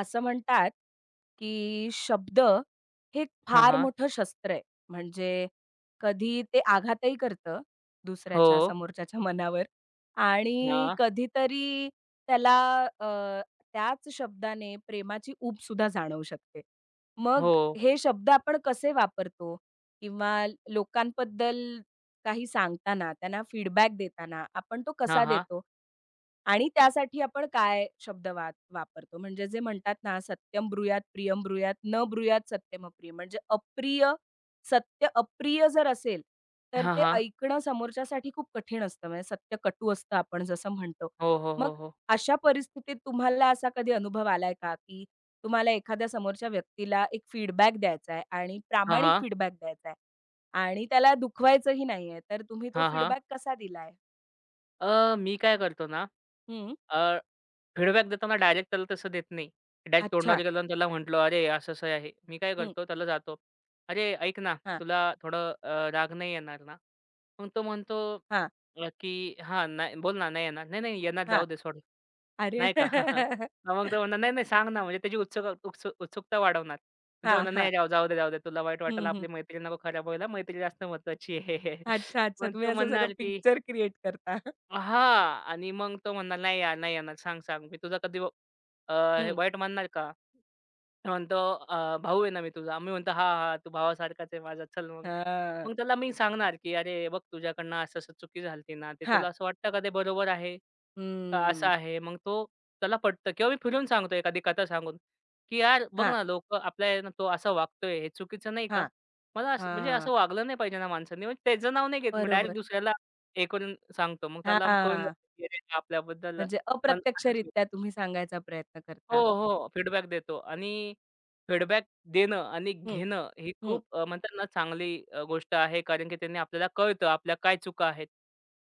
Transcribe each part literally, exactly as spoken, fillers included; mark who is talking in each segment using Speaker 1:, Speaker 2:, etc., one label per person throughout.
Speaker 1: असं म्हणतात, की शब्द हे एक
Speaker 2: हां,
Speaker 1: फार
Speaker 2: हां.
Speaker 1: मोठं शस्त्र आहे. म्हणजे कधी ते आघातही करतं
Speaker 2: हो.
Speaker 1: दुसऱ्याच्या, समोरच्याच्या मनावर आणि
Speaker 2: हां.
Speaker 1: कधीतरी त्याला अ, त्याच शब्दाने प्रेमाची ऊब सुद्धा जाणवू शकते. मग
Speaker 2: हो.
Speaker 1: हे शब्द आपण कसे वापरतो किंवा लोकांबद्दल काही सांगताना, त्यांना फीडबॅक देताना आपण तो
Speaker 2: हां,
Speaker 1: कसा
Speaker 2: हां.
Speaker 1: देतो? आणि त्यासाठी आपण काय शब्द वा वापरतो? म्हणजे जे म्हणतात ना, "सत्यं ब्रूयात प्रियं ब्रूयात, न ब्रूयात सत्यम अप्रियं." म्हणजे अप्रिय सत्य अप्रिय जर असेल, तर
Speaker 2: हां,
Speaker 1: ते
Speaker 2: हां.
Speaker 1: ऐकणं समोरच्यासाठी खूप कठीण असतं. म्हणजे सत्य कटू असतं आपण जसं म्हणतो.
Speaker 2: हो, हो,
Speaker 1: मग
Speaker 2: हो, हो.
Speaker 1: अशा परिस्थितीत तुम्हाला असा कधी अनुभव आलाय का, की तुम्हाला एखाद्या समोरच्या व्यक्तीला एक फीडबॅक द्यायचा आहे आणि
Speaker 2: हां,
Speaker 1: प्रामाणिक
Speaker 2: हां.
Speaker 1: फीडबॅक द्यायचा आहे. आणि त्याला दुखवायचंही नाहीये, तर तुम्ही तो
Speaker 2: हां, हां.
Speaker 1: फीडबॅक कसा दिलाय?
Speaker 2: अ, मी काय करतो ना,
Speaker 1: हं,
Speaker 2: अ, फीडबॅक देताना डायरेक्ट त्याला तसं देत नाही. डायरेक्ट तोंडावर
Speaker 1: अच्छा,
Speaker 2: गेलो आणि त्याला म्हटलं, "अरे, असं-असं आहे." मी काय
Speaker 1: हं,
Speaker 2: करतो, त्याला जातो, "अरे, ऐक ना,
Speaker 1: हां,
Speaker 2: तुला थोडं अ, राग नाही येणार ना?" मग तो म्हणतो
Speaker 1: हां,
Speaker 2: अ, की हां, नाही बोल ना, नाही येणार. नाही, नाही येणार
Speaker 1: हां.
Speaker 2: जाऊ दे सोड.
Speaker 1: अरे
Speaker 2: नाही का? हां, मग तो म्हणणार, "नाही, नाही सांग ना." म्हणजे त्याची उत्सुक उत्सु उत्सुकता वाढवणार. पण ते
Speaker 1: हां,
Speaker 2: म्हणणार,
Speaker 1: हां.
Speaker 2: "नाही राव, जाऊ दे, जाऊ दे. तुला वाईट वाटेल.
Speaker 1: हं, हं.
Speaker 2: आपली मैत्री नको खराब व्हायला. मैत्री जास्त महत्त्वाची आहे."
Speaker 1: अच्छा, अच्छा.
Speaker 2: मग
Speaker 1: तुम्ही
Speaker 2: तो
Speaker 1: असं सगळं
Speaker 2: म्हणणार, की
Speaker 1: पिक्चर क्रिएट करता.
Speaker 2: हां आणि मग तो म्हणणार, "नाही यार, नाही येणार. सांग, सांग. मी तुझा कधी व- अ, हे
Speaker 1: हं,
Speaker 2: वाईट मानणार का?" म्हणतो अ, "भाऊ आहे ना मी तुझा." मी म्हणतो, "हां, हां, तू भावासारखाच आहे माझा, चल मग."
Speaker 1: हां,
Speaker 2: मग त्याला मी सांगणार, की "अरे, बघ तुझ्याकडनं असं-असं चुकी झालती ना, ते
Speaker 1: हां,
Speaker 2: तुला असं वाटतं का ते बरोबर आहे, का असं
Speaker 1: हं,
Speaker 2: आहे?" मग तो त्याला पटतं किंवा मी फिरून सांगतो एखादी कथा सांगून, की "यार, बघ
Speaker 1: हां,
Speaker 2: ना लोकं आपल्या आहे तो असा वागतोय, हे चुकीचं नाही का?"
Speaker 1: हां,
Speaker 2: मला असं म्हणजे
Speaker 1: हां.
Speaker 2: असं वागलं नाही पाहिजे ना माणसांनी. म्हणजे त्याचं नाव नाही घेत मी, डायरेक्ट
Speaker 1: बरोबर.
Speaker 2: दुसऱ्याला हे करून सांगतो. मग त्याला कळून
Speaker 1: हां,
Speaker 2: जातं, की अरे, हा आपल्याबद्दल
Speaker 1: म्हणजे
Speaker 2: पण असंच
Speaker 1: अप्रत्यक्षरित्या तुम्ही सांगायचा प्रयत्न
Speaker 2: हो,
Speaker 1: करता.
Speaker 2: हो. फीडबॅक देतो आणि फीडबॅक देणं आणि
Speaker 1: हं,
Speaker 2: घेणं ही
Speaker 1: हं.
Speaker 2: खूप अ, म्हणतात ना चांगली अ, गोष्ट आहे. कारण की त्यांनी आपल्याला कळतं आपल्या काय चुका आहेत.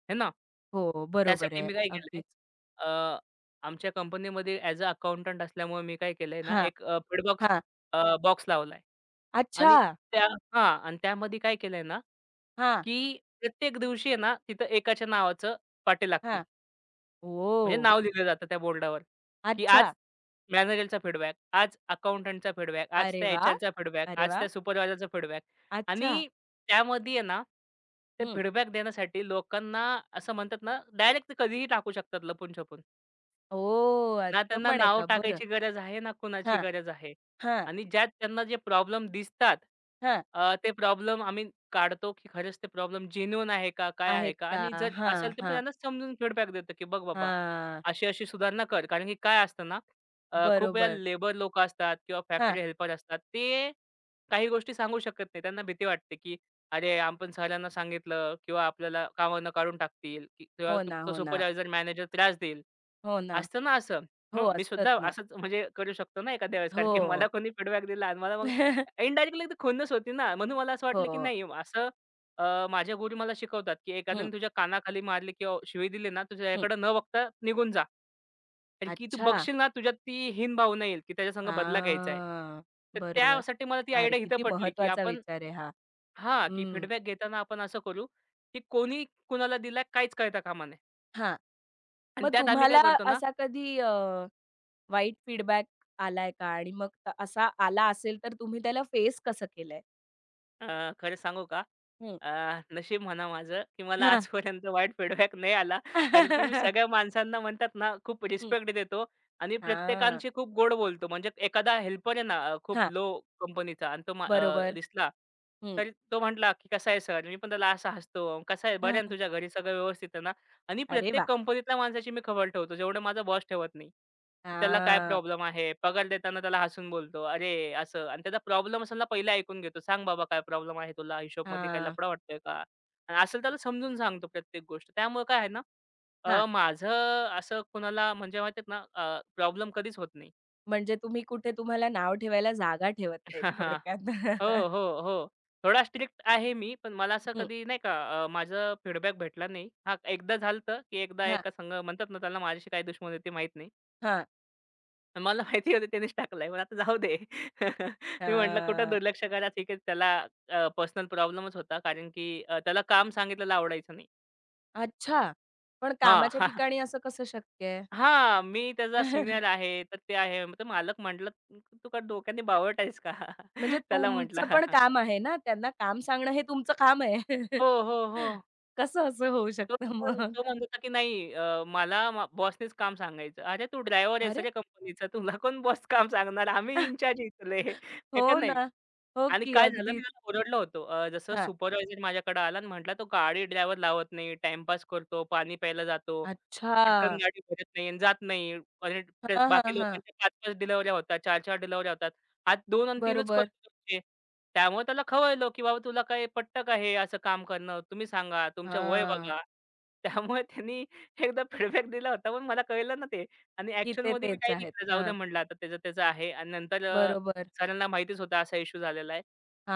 Speaker 2: हे ना?
Speaker 1: हो, बरोबर
Speaker 2: त्यासाठी
Speaker 1: आहे.
Speaker 2: मी काय केलंय
Speaker 1: अगदीच.
Speaker 2: अ, आमच्या कंपनीमध्ये ॲज अ अकाउंटंट असल्यामुळे मी काय केलंय ना,
Speaker 1: हां,
Speaker 2: एक अ, फीडबॉक्स
Speaker 1: हां.
Speaker 2: बॉक्स लावलाय
Speaker 1: अच्छा.
Speaker 2: आणि त्या हां. आणि त्यामध्ये काय केलंय ना,
Speaker 1: हां,
Speaker 2: की प्रत्येक दिवशी आहे ना, तिथं एकाच्या नावाचं पाटी लागते.
Speaker 1: हां.
Speaker 2: म्हणजे
Speaker 1: ओह!
Speaker 2: नाव लिहिलं जातं त्या बोर्डावर, की आज
Speaker 1: अच्छा.
Speaker 2: मॅनेजरचा फीडबॅक, आज अकाउंटंटचा फीडबॅक, आज
Speaker 1: अरे
Speaker 2: त्या
Speaker 1: वाह!
Speaker 2: एचआरचा फीडबॅक,
Speaker 1: अरे
Speaker 2: आज
Speaker 1: वाह!
Speaker 2: त्या सुपरवायझरचा फीडबॅक
Speaker 1: अच्छा.
Speaker 2: आणि त्यामध्ये आहे ना, ते
Speaker 1: हं.
Speaker 2: फीडबॅक देण्यासाठी लोकांना असं म्हणतात ना, डायरेक्ट कधीही टाकू शकतात लपून-छपून.
Speaker 1: ओह!
Speaker 2: ना
Speaker 1: असं
Speaker 2: त्यांना
Speaker 1: पण आहे
Speaker 2: नाव
Speaker 1: का? बरं.
Speaker 2: टाकायची गरज आहे, ना कुणाची
Speaker 1: हां,
Speaker 2: गरज आहे.
Speaker 1: हां,
Speaker 2: आणि ज्यात त्यांना जे प्रॉब्लेम दिसतात,
Speaker 1: हां.
Speaker 2: अ, ते प्रॉब्लेम आम्ही काढतो, की खरंच ते प्रॉब्लेम जेन्युइन आहे का? काय आहे
Speaker 1: आहेत
Speaker 2: का?
Speaker 1: का?
Speaker 2: आणि जर
Speaker 1: हां,
Speaker 2: असेल तर मग
Speaker 1: हां,
Speaker 2: त्यांना समजून फीडबॅक देतो, की बघ बाबा,
Speaker 1: हां.
Speaker 2: अशी-अशी सुधारणा कर. कारण की काय असतं ना, अ, खूप वेळा
Speaker 1: बरोबर.
Speaker 2: लेबर लोकं असतात किंवा
Speaker 1: हां.
Speaker 2: फॅक्टरी हेल्पर असतात. ते काही गोष्टी सांगू शकत नाही. त्यांना भीती वाटते, की अरे, आपण सरांना सांगितलं किंवा आपल्याला कामावरनं काढून टाकतील कि- किंवा
Speaker 1: हो ना,
Speaker 2: तो
Speaker 1: हो ना,
Speaker 2: सुपरवायझर, मॅनेजर त्रास देईल.
Speaker 1: हो ना.
Speaker 2: असतं ना असं.
Speaker 1: हो,
Speaker 2: हो, मी
Speaker 1: असतंच
Speaker 2: सुद्धा
Speaker 1: ना.
Speaker 2: असंच म्हणजे करू शकतो ना एखाद्या वेळेस कारण की
Speaker 1: हो.
Speaker 2: मला कोणी फीडबॅक दिला आणि मला मग इनडायरेक्टली तर खुन्नस होती ना. म्हणून मला असं वाटलं
Speaker 1: हो.
Speaker 2: की नाही असं अ, माझ्या गुरु मला शिकवतात की
Speaker 1: हं,
Speaker 2: एखाद्याने तुझ्या कानाखाली मारली किंवा शिवी दिली ना,
Speaker 1: हं.
Speaker 2: तुझ्याकडे न बघता निघून जा. कारण की तू
Speaker 1: अच्छा.
Speaker 2: बघशील ना तुझ्यात ती हीन भावना येईल की त्याच्यासंग बदला घ्यायचा आहे.
Speaker 1: हां.
Speaker 2: तर
Speaker 1: बरोबर.
Speaker 2: त्यासाठी मला ती
Speaker 1: अरे,
Speaker 2: आयडिया इथं
Speaker 1: किती
Speaker 2: पटली की
Speaker 1: महत्वाचा
Speaker 2: आपण
Speaker 1: विचार आहे हा.
Speaker 2: हां, की
Speaker 1: हं.
Speaker 2: फीडबॅक घेताना आपण असं करू की कोणी कुणाला दिला काहीच कळता कामा नये.
Speaker 1: हां.
Speaker 2: आणि
Speaker 1: मग
Speaker 2: त्यात आम्ही काय
Speaker 1: तुम्हाला
Speaker 2: करतो ना
Speaker 1: असा कधी अ वाईट फीडबॅक आलाय का? आणि मग त असा आला असेल तर तुम्ही त्याला फेस कसं केलंय?
Speaker 2: अ, खरं सांगू का?
Speaker 1: हं,
Speaker 2: अ, नशीब म्हणा माझं, की मला
Speaker 1: हां.
Speaker 2: आजपर्यंत वाईट फीडबॅक नाही आला. कारण की मी सगळ्या माणसांना म्हणतात ना, खूप
Speaker 1: हं,
Speaker 2: रिस्पेक्ट देतो आणि
Speaker 1: हां,
Speaker 2: प्रत्येकांशी खूप गोड बोलतो. म्हणजे एखादा हेल्पर आहे ना, अ, खूप
Speaker 1: हां,
Speaker 2: लो कंपनीचा आणि तो मा अ,
Speaker 1: बरोबर.
Speaker 2: दिसला,
Speaker 1: हं,
Speaker 2: तर तो म्हटला, की "कसा आहे सर?" मी पण त्याला असा हसतो, "कसा आहे? बरं आहे ना
Speaker 1: हां.
Speaker 2: तुझ्या घरी सगळं व्यवस्थित आहे ना?" आणि
Speaker 1: अरे
Speaker 2: प्रत्येक
Speaker 1: वाह!
Speaker 2: कंपनीतल्या माणसाची मी खबर ठेवतो, जेवढं माझा बॉस ठेवत नाही, की त्याला काय
Speaker 1: हां,
Speaker 2: प्रॉब्लेम आहे. पगार देताना त्याला हसून बोलतो, "अरे असं" आणि त्याचा प्रॉब्लेम असेल ना पहिला ऐकून घेतो. "सांग बाबा काय प्रॉब्लेम आहे तुला? हिशोबमध्ये काही
Speaker 1: हां,
Speaker 2: लफडा वाटतोय का?" आणि असेल त्याला समजून सांगतो प्रत्येक गोष्ट. त्यामुळे काय आहे ना
Speaker 1: हां.
Speaker 2: अ, माझं असं कुणाला म्हणजे माहिती ना प्रॉब्लेम कधीच होत नाही.
Speaker 1: म्हणजे तुम्ही कुठे तुम्हाला नाव ठेवायला जागा ठेवत नाहीत थोडक्यात.
Speaker 2: हो, हो, हो. थोडा स्ट्रिक्ट आहे मी, पण मला असं
Speaker 1: हं,
Speaker 2: कधी नाही का अ, माझं फीडबॅक भेटला नाही. हां, एकदा झालं की एकदा
Speaker 1: हां,
Speaker 2: एका संघ म्हणतात ना त्याला माझ्याशी काही दुश्मनी होती माहीत नाही.
Speaker 1: हां,
Speaker 2: मला माहिती होतं त्यानेच टाकलाय. पण आता जाऊ दे. मी म्हटलं कुठं
Speaker 1: हां.
Speaker 2: दुर्लक्ष करा. ठीक आहे त्याला अ, पर्सनल प्रॉब्लेमच होता. कारण की अ, त्याला काम सांगितलेलं आवडायचं नाही.
Speaker 1: अच्छा. पण कामाच्या
Speaker 2: हां.
Speaker 1: ठिकाणी असं कसं शक्य आहे?
Speaker 2: हां. मी त्याचा सीनियर आहे, तर ते आहे. तर मालक म्हटलं, "तू का डोक्याने बावळट आहेस का?"
Speaker 1: म्हणजे
Speaker 2: त्याला म्हटलं.
Speaker 1: तुमचं पण काम आहे ना, त्यांना काम सांगणं हे तुमचं काम आहे.
Speaker 2: हो, हो, हो.
Speaker 1: कसं असं होऊ
Speaker 2: तो
Speaker 1: शकतं
Speaker 2: पण
Speaker 1: मग?
Speaker 2: तो म्हणत होता की नाही अ, मला बॉसनेच काम सांगायचं. "अरे तू ड्रायव्हर आहेस
Speaker 1: अरे!
Speaker 2: रे कंपनीचा. तुला कोण बॉस काम सांगणार? आम्ही इंचार्ज इथले." हे का
Speaker 1: हो
Speaker 2: नाही?
Speaker 1: ना. हो
Speaker 2: आणि
Speaker 1: की,
Speaker 2: काय झालं मी
Speaker 1: अगदीच.
Speaker 2: त्याला ओरडलं होतो. अ, जसं
Speaker 1: हां.
Speaker 2: सुपरवायझर माझ्याकडे आला आणि म्हटला, "तो गाडी ड्रायव्हर लावत नाही, टाईमपास करतो, पाणी प्यायला जातो, पटकन
Speaker 1: अच्छा.
Speaker 2: गाडी भरत नाही आणि जात नाही. आणि ते
Speaker 1: हां, हां,
Speaker 2: बाकी
Speaker 1: हां.
Speaker 2: लोकांच्या पाच पाच डिलिव्हऱ्या होतात, चार चार डिलिव्हऱ्या होतात. आज दोन आणि तीनच
Speaker 1: बरोबर.
Speaker 2: करतो ते. त्यामुळे त्याला खवळलो, की "बाबा तुला काय पटतं का हे असं काम करणं? तुम्ही सांगा, तुमचं वय
Speaker 1: हां.
Speaker 2: बघा." त्यामुळे त्यांनी एकदा फीडबॅक दिला होता, पण मला कळलं ना ते आणि
Speaker 1: की ते
Speaker 2: ॲक्शनमध्ये मी
Speaker 1: तेच
Speaker 2: काही नाही
Speaker 1: आहेत.
Speaker 2: केलं. जाऊ दे
Speaker 1: हां.
Speaker 2: म्हटलं आता त्याचं त्याचं आहे आणि नंतर अ,
Speaker 1: बरोबर.
Speaker 2: सरांना माहितीच होतं असा इश्यू झालेला आहे.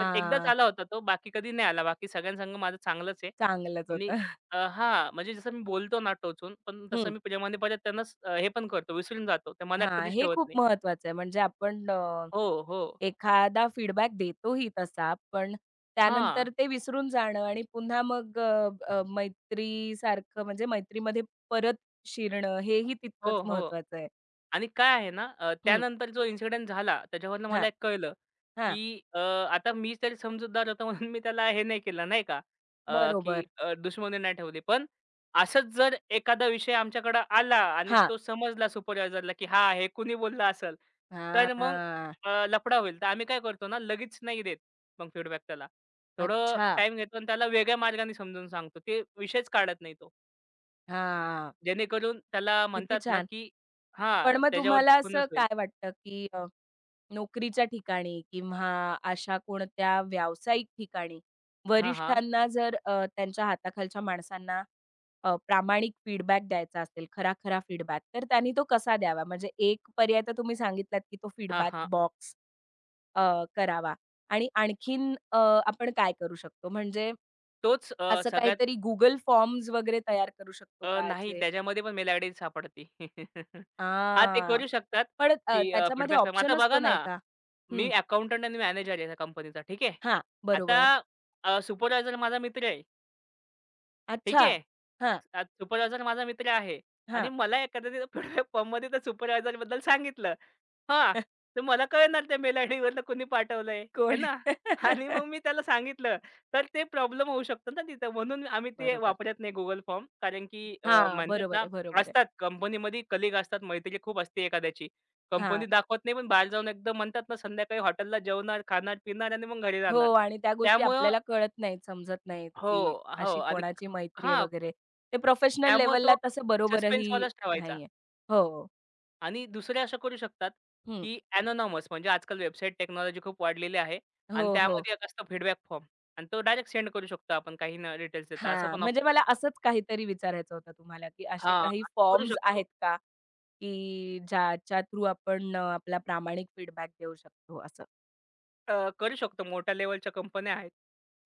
Speaker 2: तर एकदाच आला होता तो, बाकी कधी नाही आला. बाकी सगळ्यांसंग माझं चांगलंच आहे.
Speaker 1: चांगलंच
Speaker 2: आणि
Speaker 1: होतं.
Speaker 2: अ, हां, म्हणजे जसं मी बोलतो ना टोचून, पण तसं
Speaker 1: हं.
Speaker 2: मी प्रेमाने परत त्यांनाच अ, हे पण करतो, विसरून जातो. ते मनात
Speaker 1: हां,
Speaker 2: कधीच
Speaker 1: हे
Speaker 2: ठेवत
Speaker 1: खूप
Speaker 2: नाही.
Speaker 1: महत्वाचं आहे. म्हणजे आपण
Speaker 2: हो, हो.
Speaker 1: एखादा फीडबॅक देतोही तसा, पण त्यानंतर
Speaker 2: हां.
Speaker 1: ते विसरून जाणं आणि पुन्हा मग अ, अ, मैत्रीसारखं म्हणजे मैत्रीमध्ये परत शिरणं हेही तितकंच
Speaker 2: हो, हो.
Speaker 1: महत्वाचं आहे.
Speaker 2: आणि काय आहे ना, अ,
Speaker 1: हं,
Speaker 2: त्यानंतर जो इन्सिडेंट झाला त्याच्यावरनं
Speaker 1: हां,
Speaker 2: मला एक कळलं,
Speaker 1: हां,
Speaker 2: की अ, आता मी तरी समजूतदार होतो म्हणून मी त्याला हे नाही केलं नाही का? अ, की
Speaker 1: बरोबर.
Speaker 2: अ, दुश्मनी नाही ठेवली. पण असंच जर एखादा विषय आमच्याकडे आला आणि
Speaker 1: हां,
Speaker 2: तो समजला सुपरवायझरला, की हां, हे कुणी बोललं असेल, तर मग
Speaker 1: हां,
Speaker 2: अ, लफडा होईल. तर आम्ही काय करतो ना, लगेच नाही देत मग फीडबॅक त्याला. थोडं
Speaker 1: अच्छा.
Speaker 2: टाईम घेतो आणि त्याला वेगळ्या मार्गाने समजून सांगतो. ते विषयच काढत नाही तो.
Speaker 1: हां,
Speaker 2: जेणेकरून त्याला
Speaker 1: किती
Speaker 2: म्हणतात ना,
Speaker 1: छान.
Speaker 2: की
Speaker 1: पण
Speaker 2: हां,
Speaker 1: मग तुम्हाला
Speaker 2: त्याच्यावरती
Speaker 1: असं
Speaker 2: खुन्नस होईल.
Speaker 1: काय वाटतं, की अ, नोकरीच्या ठिकाणी किंवा अशा कोणत्या व्यावसायिक ठिकाणी
Speaker 2: हां, हां.
Speaker 1: वरिष्ठांना जर अ, त्यांच्या हाताखालच्या माणसांना अ, प्रामाणिक फीडबॅक द्यायचा असेल, खरा-खरा फीडबॅक, तर त्यांनी तो कसा द्यावा? म्हणजे एक पर्याय तर तुम्ही सांगितलात, की तो
Speaker 2: हां,
Speaker 1: फीडबॅक
Speaker 2: हां.
Speaker 1: बॉक्स करावा आणि आणखीन अ, आपण काय करू शकतो? म्हणजे
Speaker 2: तोच अ,
Speaker 1: असं
Speaker 2: सगळ्यात
Speaker 1: काहीतरी Google फॉर्म्स वगैरे तयार करू शकतो
Speaker 2: अ,
Speaker 1: का?
Speaker 2: नाही
Speaker 1: जे
Speaker 2: त्याच्यामध्ये पण मेल आयडी सापडते. हां, ते
Speaker 1: हां.
Speaker 2: करू शकतात,
Speaker 1: पण अ,
Speaker 2: की अ,
Speaker 1: त्याच्यामध्ये
Speaker 2: फीडबॅक
Speaker 1: ऑप्शन
Speaker 2: आता
Speaker 1: असतो
Speaker 2: बघा ना,
Speaker 1: नाही का?
Speaker 2: मी
Speaker 1: हं,
Speaker 2: अकाउंटंट आणि मॅनेजर आहे त्या कंपनीचा, ठीक आहे.
Speaker 1: हां,
Speaker 2: आता
Speaker 1: बरोबर.
Speaker 2: अ, सुपरवायझर माझा मित्र आहे, ठीक
Speaker 1: अच्छा.
Speaker 2: आहे.
Speaker 1: हां,
Speaker 2: अ, सुपरवायझर माझा मित्र आहे आणि
Speaker 1: हां.
Speaker 2: मला एखाद्या फीडबॅक फॉर्ममध्ये त्या सुपरवायझरबद्दल सांगितलं. हां, तर मला कळणार त्या मेल आयडीवरनं कोणी पाठवलंय, आहे
Speaker 1: कोण?
Speaker 2: ना? आणि मग मी त्याला सांगितलं, तर ते प्रॉब्लेम होऊ शकतो ना तिथं. म्हणून आम्ही ते
Speaker 1: बरोबर.
Speaker 2: वापरत नाही Google फॉर्म. कारण की अ,
Speaker 1: हां,
Speaker 2: म्हणतात
Speaker 1: बरोबर
Speaker 2: ना,
Speaker 1: आहे, बरोबर आहे.
Speaker 2: असतात कंपनीमध्ये कलीग असतात, मैत्री खूप असते एखाद्याची.
Speaker 1: हां.
Speaker 2: कंपनीत दाखवत नाही, पण बाहेर जाऊन एकदम म्हणतात ना, संध्याकाळी हॉटेलला जेवणार, खाणार, पिणार आणि मग घरी
Speaker 1: हो
Speaker 2: जाणार.
Speaker 1: आणि त्या गोष्टी
Speaker 2: त्यामुळं
Speaker 1: आपल्याला कळत नाहीत, समजत नाहीत,
Speaker 2: हो,
Speaker 1: की
Speaker 2: हो
Speaker 1: अशी
Speaker 2: आणि
Speaker 1: कोणाची मैत्री आहे
Speaker 2: हां,
Speaker 1: वगैरे. ते प्रोफेशनल
Speaker 2: त्यामुळं
Speaker 1: लेव्हलला
Speaker 2: तो
Speaker 1: तसं बरोबरही
Speaker 2: सस्पेन्सवालाच ठेवायचा.
Speaker 1: नाहीये. हो.
Speaker 2: आणि दुसरे असं करू शकतात,
Speaker 1: हं.
Speaker 2: की एनोनॉमस म्हणजे आजकाल वेबसाईट टेक्नॉलॉजी खूप वाढलेली आहे
Speaker 1: हो,
Speaker 2: आणि
Speaker 1: हो.
Speaker 2: त्यामध्ये एक असतं फीडबॅक फॉर्म आणि तो डायरेक्ट सेंड करू शकतो आपण काही न डिटेल्स देता असं
Speaker 1: हां,
Speaker 2: पण
Speaker 1: म्हणजे
Speaker 2: ऑप्शन
Speaker 1: मला
Speaker 2: असतं.
Speaker 1: असंच काहीतरी विचारायचं होतं तुम्हाला, की असे
Speaker 2: हां,
Speaker 1: काही
Speaker 2: असं करू
Speaker 1: फॉर्म्स
Speaker 2: शकतो.
Speaker 1: आहेत का, की ज्याच्या थ्रू आपण अ, आपला प्रामाणिक फीडबॅक देऊ शकतो असं?
Speaker 2: अ, करू शकतो मोठ्या लेव्हलच्या कंपन्या आहेत.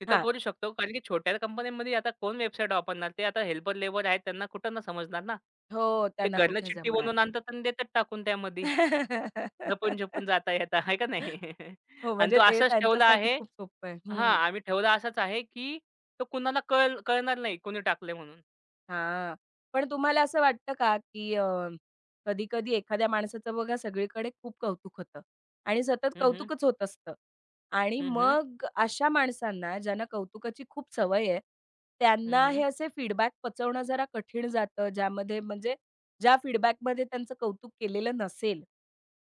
Speaker 2: तिथं
Speaker 1: हां.
Speaker 2: करू शकतो कारण की छोट्या कंपन्यांमध्ये आता कोण वेबसाईट वापरणार? ते आता हेल्पर लेबर आहेत त्यांना कुठं ना समजणार ना.
Speaker 1: हो,
Speaker 2: ते
Speaker 1: त्यांना
Speaker 2: घरनं
Speaker 1: कुठे
Speaker 2: चिठ्ठी
Speaker 1: जमणार.
Speaker 2: बनवून आणतात आणि देतात टाकून त्यामध्ये. लपून-छपून जाता येता आहे का नाही?
Speaker 1: हो,
Speaker 2: आणि
Speaker 1: म्हणजे
Speaker 2: तो
Speaker 1: ते
Speaker 2: असाच ठेवला
Speaker 1: त्यांच्यासाठी
Speaker 2: आहे
Speaker 1: खूप सोपं आहे.
Speaker 2: हां,
Speaker 1: हं.
Speaker 2: आम्ही ठेवला असाच आहे, की तो कुणाला कळ कळणार नाही कोणी टाकलंय म्हणून.
Speaker 1: हां. पण तुम्हाला असं वाटतं का, की अ, कधी-कधी एखाद्या माणसाचं बघा सगळीकडे खूप कौतुक होतं आणि सतत
Speaker 2: हं, हं.
Speaker 1: कौतुकच होत असतं आणि
Speaker 2: हं, हं.
Speaker 1: मग अशा माणसांना ज्यांना कौतुकाची खूप सवय आहे,
Speaker 2: हं,
Speaker 1: त्यांना हे
Speaker 2: हं.
Speaker 1: असे फीडबॅक पचवणं जरा कठीण जातं, ज्यामध्ये म्हणजे ज्या फीडबॅकमध्ये त्यांचं कौतुक केलेलं नसेल,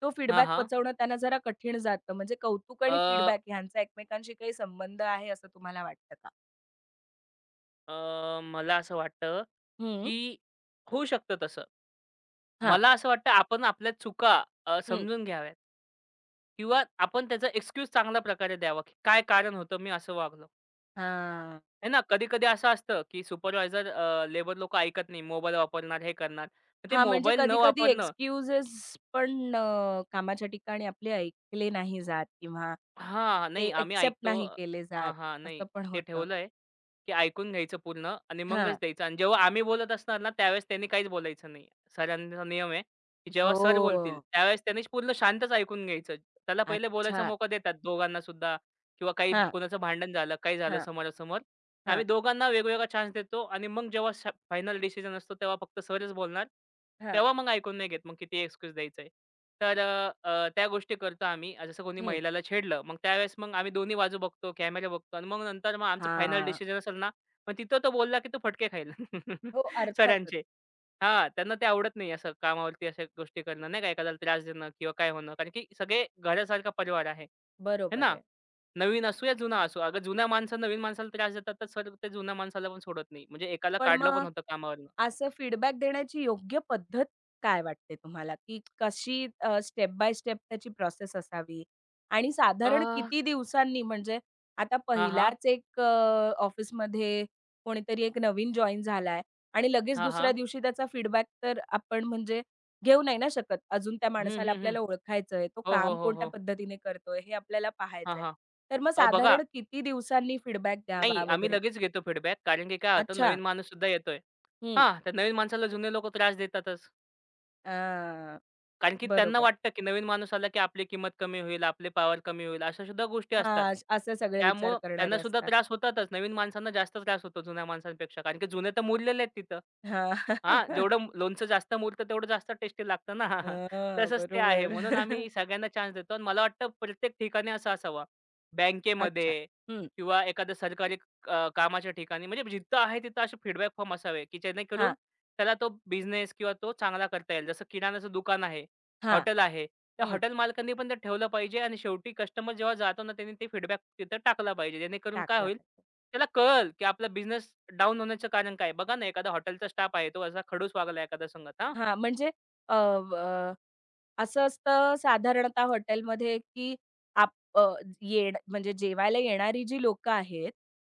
Speaker 1: तो
Speaker 2: हां,
Speaker 1: फीडबॅक
Speaker 2: हां.
Speaker 1: पचवणं त्यांना जरा कठीण जातं. म्हणजे कौतुक आणि
Speaker 2: अ,
Speaker 1: फीडबॅक ह्यांचा एकमेकांशी काही संबंध आहे असं तुम्हाला वाटतं का?
Speaker 2: अ, मला असं वाटतं,
Speaker 1: हं.
Speaker 2: की होऊ शकतं तसं.
Speaker 1: हां.
Speaker 2: मला असं वाटतं आपण आपल्या चुका अ,
Speaker 1: हं.
Speaker 2: समजून घ्याव्यात किंवा आपण त्याचा एक्सक्यूज चांगल्या प्रकारे द्यावा, की काय कारण होतं मी असं वागलो.
Speaker 1: हां.
Speaker 2: आहे ना, कधी-कधी असं असतं, की सुपरवायझर लेबर लोकं ऐकत नाही. मोबाईल वापरणार, हे करणार. तर ते
Speaker 1: हां, म्हणजे
Speaker 2: मोबाईल न
Speaker 1: कधी-कधी
Speaker 2: वापरणं
Speaker 1: एक्सक्यूजेस पण अ, कामाच्या ठिकाणी आपले ऐकले नाही जात किंवा
Speaker 2: हां,
Speaker 1: ते
Speaker 2: नाही आम्ही
Speaker 1: एक्सेप्ट
Speaker 2: ऐकतो
Speaker 1: नाही केले जात,
Speaker 2: हां, हां. नाही
Speaker 1: असं पण
Speaker 2: ते
Speaker 1: होतं.
Speaker 2: ठेवलंय, की ऐकून घ्यायचं पूर्ण आणि
Speaker 1: हां.
Speaker 2: मगच द्यायचं आणि जेव्हा आम्ही बोलत असणार ना, त्यावेळेस त्यांनी काहीच बोलायचं नाही. सरांचा नियम आहे, की जेव्हा सर
Speaker 1: ओह!
Speaker 2: बोलतील त्यावेळेस त्यांनीच पूर्ण शांतच ऐकून घ्यायचं. त्याला पहिले बोलायचा
Speaker 1: अच्छा.
Speaker 2: मोका देतात दोघांना सुद्धा किंवा काही
Speaker 1: हां,
Speaker 2: कोणाचं भांडण झालं, काही झालं
Speaker 1: हां,
Speaker 2: समोरासमोर.
Speaker 1: हां,
Speaker 2: आम्ही दोघांना वेगवेगळा चान्स देतो आणि मग जेव्हा फायनल डिसिजन असतो तेव्हा फक्त सरच बोलणार.
Speaker 1: हां.
Speaker 2: तेव्हा मग ऐकून नाही घेत, मग किती एक्सक्यूज द्यायचंय. तर अ, अ, त्या गोष्टी करतो आम्ही. अ, जसं कोणी
Speaker 1: हं.
Speaker 2: महिलाला छेडलं, मग त्यावेळेस मग आम्ही दोन्ही बाजू बघतो, कॅमेरा बघतो आणि मग नंतर मग आमचं फायनल
Speaker 1: हां.
Speaker 2: डिसिजन असेल ना, मग तिथं तो बोलला, की "तू फटके खाईल."
Speaker 1: हो, अर्थातच.
Speaker 2: सरांचे. हां, त्यांना ते आवडत नाही असं कामावरती अशा गोष्टी करणं, नाही का, एखाद्याला त्रास देणं किंवा काय होणं. कारण की सगळे घरासारखा परिवार आहे. है
Speaker 1: बरोबर
Speaker 2: ना?
Speaker 1: आहे.
Speaker 2: नवीन असू या जुना असू. अगं जुन्या माणसं नवीन माणसाला त्रास देतात, तर सर ते जुन्या माणसाला पण सोडत नाही. म्हणजे एकाला
Speaker 1: पण
Speaker 2: काढलं
Speaker 1: मग
Speaker 2: पण होतं कामावरनं.
Speaker 1: असं फीडबॅक देण्याची योग्य पद्धत काय वाटते तुम्हाला, की कशी स्टेप बाय स्टेप त्याची प्रोसेस असावी? आणि
Speaker 2: अ,
Speaker 1: साधारण किती दिवसांनी म्हणजे आता
Speaker 2: हां, हां.
Speaker 1: पहिलाच एक अ, ऑफिसमध्ये कोणीतरी एक नवीन जॉइन झालाय आणि लगेच
Speaker 2: हां,
Speaker 1: दुसऱ्या
Speaker 2: हां.
Speaker 1: दिवशी त्याचा फीडबॅक तर आपण म्हणजे घेऊ नाही ना शकत. अजून त्या
Speaker 2: हं,
Speaker 1: माणसाला
Speaker 2: हं, हं.
Speaker 1: आपल्याला ओळखायचंय. तो
Speaker 2: हो, हो,
Speaker 1: काम
Speaker 2: हो,
Speaker 1: कोणत्या
Speaker 2: हो.
Speaker 1: पद्धतीने करतोय हे आपल्याला
Speaker 2: हां,
Speaker 1: पाहायचंय.
Speaker 2: हां.
Speaker 1: तर मग
Speaker 2: अ, बघा
Speaker 1: साधारण किती दिवसांनी फीडबॅक
Speaker 2: नाही
Speaker 1: द्यावा
Speaker 2: आम्ही
Speaker 1: वगैरे?
Speaker 2: लगेच घेतो फीडबॅक कारण की काय होतं
Speaker 1: अच्छा.
Speaker 2: नवीन माणूस सुद्धा येतोय.
Speaker 1: हं.
Speaker 2: हां, त्या नवीन माणसाला जुने लोकं त्रास देतातच.
Speaker 1: अ,
Speaker 2: कारण की त्यांना
Speaker 1: बरोबर.
Speaker 2: वाटतं, की नवीन माणूस आला, की आपली किंमत कमी होईल, आपली पॉवर कमी होईल, अशा सुद्धा गोष्टी असतात.
Speaker 1: हां, असे सगळे विचार
Speaker 2: त्यामुळं
Speaker 1: करणारे
Speaker 2: त्यांना सुद्धा
Speaker 1: असतात.
Speaker 2: त्रास होतातच. नवीन माणसांना जास्त त्रास होतो जुन्या माणसांपेक्षा. कारण की जुने तर मुरलेले आहेत तिथं.
Speaker 1: हां. हां,
Speaker 2: हां, जेवढं लोणचं जास्त मुरतं तेवढं जास्त टेस्टी लागतं ना. तसंच ते आहे.
Speaker 1: बरोबर.
Speaker 2: म्हणून आम्ही सगळ्यांना चान्स देतो आणि मला वाटतं प्रत्येक ठिकाणी असं असावा.
Speaker 1: अच्छा.
Speaker 2: बँकेमध्ये
Speaker 1: हं.
Speaker 2: किंवा एखाद्या सरकारी अ, कामाच्या ठिकाणी म्हणजे जिथं आहे तिथं असे फीडबॅक फॉर्म असावे, की
Speaker 1: हां,
Speaker 2: जेणेकरून त्याला तो बिझनेस किंवा तो चांगला करता येईल. जसं किराणाचं दुकान आहे.
Speaker 1: हां.
Speaker 2: हॉटेल आहे. त्या
Speaker 1: हं.
Speaker 2: हॉटेल मालकांनी पण ते ठेवलं पाहिजे आणि शेवटी कस्टमर जेव्हा जातो ना, त्यांनी ते फीडबॅक तिथं टाकला पाहिजे. जेणेकरून काय
Speaker 1: टाकला
Speaker 2: होईल,
Speaker 1: पाहिजे.
Speaker 2: त्याला कळेल, की आपला बिझनेस डाऊन होण्याचं कारण काय आहे? बघा ना, एखादा हॉटेलचा स्टाफ आहे, तो असा खडूस वागला एखादा संगत हां.
Speaker 1: हां, म्हणजे अ, असं असतं साधारणतः हॉटेलमध्ये, की आप अ, येण म्हणजे जेवायला येणारी जी लोकं आहेत,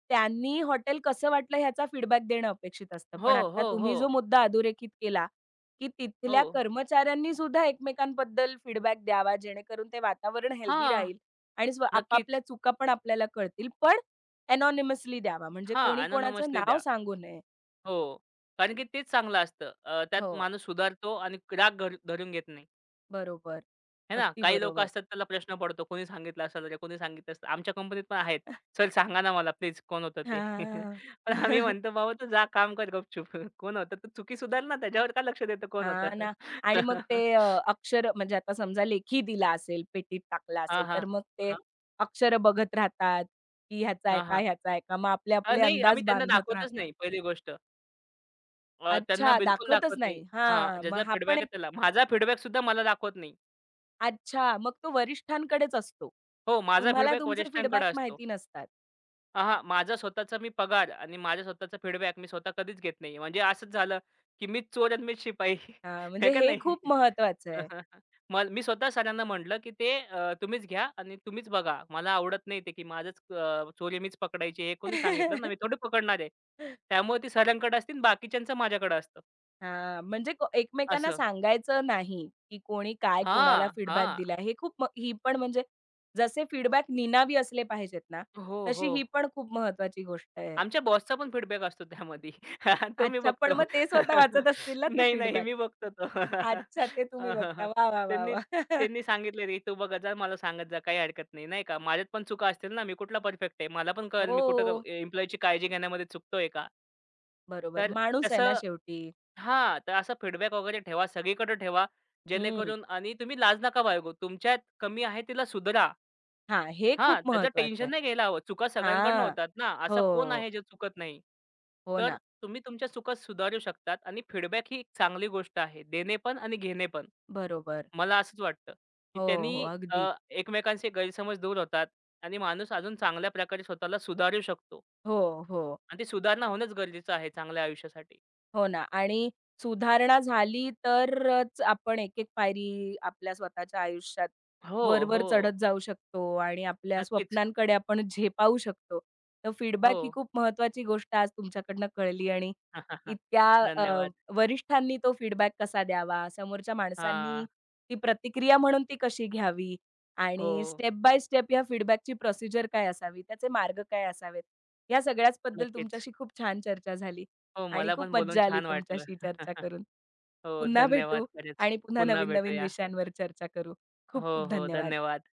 Speaker 1: त्यांनी हॉटेल कसं वाटलं ह्याचा फीडबॅक देणं अपेक्षित असतं.
Speaker 2: हो,
Speaker 1: पण आता
Speaker 2: हो,
Speaker 1: तुम्ही
Speaker 2: हो,
Speaker 1: जो मुद्दा अधोरेखित केला, की
Speaker 2: हो.
Speaker 1: तिथल्या कर्मचाऱ्यांनी सुद्धा एकमेकांबद्दल फीडबॅक द्यावा, जेणेकरून ते वातावरण हेल्दी
Speaker 2: हां,
Speaker 1: राहील आणि स्व आपापल्या
Speaker 2: नक्कीच.
Speaker 1: चुका पण आपल्याला कळतील. पण एनॉनिमसली द्यावा, म्हणजे
Speaker 2: हां,
Speaker 1: कोणी कोणाचं
Speaker 2: आणि
Speaker 1: नाव
Speaker 2: द्या.
Speaker 1: सांगू नये.
Speaker 2: हो, कारण की तेच चांगलं असतं. अ, त्यात
Speaker 1: हो,
Speaker 2: माणूस सुधारतो आणि राग घर धरून घेत नाही.
Speaker 1: बरोबर.
Speaker 2: आहे ना.
Speaker 1: अगदी
Speaker 2: काही लोकं
Speaker 1: बरोबर.
Speaker 2: असतात त्याला प्रश्न पडतो, "कोणी सांगितलं असेल रे? कोणी सांगितलं असेल?" आमच्या कंपनीत पण आहेत. "सर सांगा ना मला प्लीज कोण होतं ते?"
Speaker 1: हां.
Speaker 2: पण आम्ही म्हणतो, "बाबा तू जा काम कर गपचूप. कोण होतं? तू चुकी सुधार ना त्याच्यावर का लक्ष देतो कोण
Speaker 1: हां
Speaker 2: होतं?"
Speaker 1: ना. आणि मग ते अ, अक्षर म्हणजे आता समजा लेखी दिला असेल, पेटीत टाकला
Speaker 2: हां,
Speaker 1: असेल,
Speaker 2: हां.
Speaker 1: तर मग ते
Speaker 2: हां,
Speaker 1: अक्षर बघत राहतात, की ह्याचा आहे
Speaker 2: हां,
Speaker 1: का,
Speaker 2: हां.
Speaker 1: ह्याचा आहे का? मग
Speaker 2: अ,
Speaker 1: आपले-आपले
Speaker 2: नाही
Speaker 1: अंदाज
Speaker 2: आम्ही त्यांना
Speaker 1: बांधत
Speaker 2: दाखवतच
Speaker 1: राहतात.
Speaker 2: नाही पहिली गोष्ट. अ,
Speaker 1: अच्छा,
Speaker 2: त्यांना बिलकुल
Speaker 1: दाखवतच
Speaker 2: दाखवत
Speaker 1: नाही.
Speaker 2: नाही.
Speaker 1: हां,
Speaker 2: हां,
Speaker 1: मग
Speaker 2: ज्याचा
Speaker 1: हा पण
Speaker 2: फीडबॅक आहे
Speaker 1: एक
Speaker 2: त्याला. माझा फीडबॅकसुद्धा मला दाखवत नाही.
Speaker 1: अच्छा, मग तो वरिष्ठांकडेच असतो.
Speaker 2: हो, माझा
Speaker 1: तुम्हाला
Speaker 2: फीडबॅक
Speaker 1: तुमचे
Speaker 2: वरिष्ठांकडे
Speaker 1: फीडबॅक्स
Speaker 2: असतो.
Speaker 1: माहिती नसतात.
Speaker 2: अहा, माझा स्वतःचा मी पगार आणि माझ्या स्वतःचा फीडबॅक मी स्वतः कधीच घेत नाही. म्हणजे असंच झालं, की मीच चोर आणि मीच शिपाई
Speaker 1: हां, म्हणजे
Speaker 2: आहे का
Speaker 1: हे
Speaker 2: नाही?
Speaker 1: खूप महत्वाचं आहे.
Speaker 2: मग मी स्वतः सरांना म्हटलं, की "ते अ, तुम्हीच घ्या आणि तुम्हीच बघा. मला आवडत नाही ते, की माझंच अ, चोरी मीच पकडायची." हे कोणी सांगितलं ना, मी थोडी पकडणार आहे. त्यामुळे ती सरांकडे असते बाकीच्यांचं माझ्याकडे असतं.
Speaker 1: हां, म्हणजे को एकमेकांना
Speaker 2: असं.
Speaker 1: सांगायचं नाही, की कोणी काय कोणाला
Speaker 2: हां,
Speaker 1: फीडबॅक
Speaker 2: हां.
Speaker 1: दिला. हे खूप म ही पण म्हणजे जसे फीडबॅक निनावी असले पाहिजेत ना,
Speaker 2: हो,
Speaker 1: तशी
Speaker 2: हो.
Speaker 1: ही पण खूप महत्वाची गोष्ट आहे.
Speaker 2: आमच्या बॉसचा पण फीडबॅक असतो त्यामध्ये. तो मी
Speaker 1: अच्छा, पण
Speaker 2: बघतो.
Speaker 1: मग ते स्वतः
Speaker 2: हो.
Speaker 1: वाचत असतील ना तो
Speaker 2: नाही, नाही
Speaker 1: फीडबॅक?
Speaker 2: मी बघतो तो.
Speaker 1: अच्छा, ते तुम्ही
Speaker 2: हां, हां,
Speaker 1: बघता.
Speaker 2: हां.
Speaker 1: वाह, वाह, वाह,
Speaker 2: त्यांनी
Speaker 1: वाह!
Speaker 2: त्यांनी सांगितलं रे, "तू बघत जा, मला सांगत जा, काही हरकत नाही." नाही का. माझ्यात पण चुका असतील ना, मी कुठला परफेक्ट आहे. मला पण कळेल मी कुठं क
Speaker 1: हो,
Speaker 2: एम्प्लॉयीची काळजी घेण्यामध्ये चुकतोय का?
Speaker 1: बरोबर.
Speaker 2: तर
Speaker 1: माणूस आहे ना
Speaker 2: तसं
Speaker 1: शेवटी.
Speaker 2: हां, तर असा फीडबॅक वगैरे ठेवा, सगळीकडे ठेवा.
Speaker 1: हं.
Speaker 2: जेणेकरून आणि तुम्ही लाज नका बाळगू. तुमच्यात कमी आहे तिला सुधारा.
Speaker 1: हां, हे खूप
Speaker 2: हां, त्याचं
Speaker 1: महत्वाचं आहे.
Speaker 2: टेन्शन नाही घ्यायला हवं. चुका सगळ्यांकडनं
Speaker 1: हां.
Speaker 2: होतात ना.
Speaker 1: हो,
Speaker 2: असा कोण आहे जो चुकत नाही.
Speaker 1: हो
Speaker 2: तर
Speaker 1: ना.
Speaker 2: तुम्ही तुमच्या चुका सुधारू शकतात आणि फीडबॅक ही एक चांगली गोष्ट आहे. देणे पण आणि घेणे पण.
Speaker 1: बरोबर.
Speaker 2: मला असंच वाटतं, की
Speaker 1: हो, हो.
Speaker 2: त्यांनी अ,
Speaker 1: अगदी.
Speaker 2: एकमेकांचे गैरसमज दूर होतात आणि माणूस अजून चांगल्या प्रकारे स्वतःला सुधारू शकतो
Speaker 1: हो, हो.
Speaker 2: आणि ती सुधारणा होणंच गरजेचं आहे चांगल्या आयुष्यासाठी.
Speaker 1: हो ना आणि सुधारणा झाली तरच आपण एक-एक पायरी आपल्या स्वतःच्या आयुष्यात
Speaker 2: हो,
Speaker 1: वर-वर
Speaker 2: हो.
Speaker 1: चढत जाऊ शकतो आणि आपल्या
Speaker 2: नक्कीच.
Speaker 1: स्वप्नांकडे आपण झेपावू शकतो. तर फीडबॅक
Speaker 2: हो.
Speaker 1: ही खूप महत्वाची गोष्ट आज तुमच्याकडनं कळली आणि इतक्या अ,
Speaker 2: धन्यवाद.
Speaker 1: वरिष्ठांनी तो फीडबॅक कसा द्यावा, समोरच्या माणसांनी
Speaker 2: हां.
Speaker 1: ती प्रतिक्रिया म्हणून ती कशी घ्यावी
Speaker 2: हो.
Speaker 1: आणि स्टेप बाय स्टेप या फीडबॅकची प्रोसिजर काय असावी, त्याचे मार्ग काय असावेत, या सगळ्याचबद्दल
Speaker 2: नक्कीच.
Speaker 1: तुमच्याशी खूप छान चर्चा झाली.
Speaker 2: हो,
Speaker 1: आणि
Speaker 2: मला
Speaker 1: खूप
Speaker 2: पण बोलून
Speaker 1: मज्जा आली
Speaker 2: छान वाटलं.
Speaker 1: तुमच्याशी चर्चा करून.
Speaker 2: हो,
Speaker 1: पुन्हा
Speaker 2: धन्यवाद
Speaker 1: भेटू
Speaker 2: खरंच.
Speaker 1: आणि पुन्हा
Speaker 2: पुन्हा
Speaker 1: नवीन-नवीन
Speaker 2: भेटूया.
Speaker 1: विषयांवर चर्चा करू. खूप
Speaker 2: हो,
Speaker 1: खूप
Speaker 2: हो.
Speaker 1: धन्यवाद.
Speaker 2: धन्यवाद.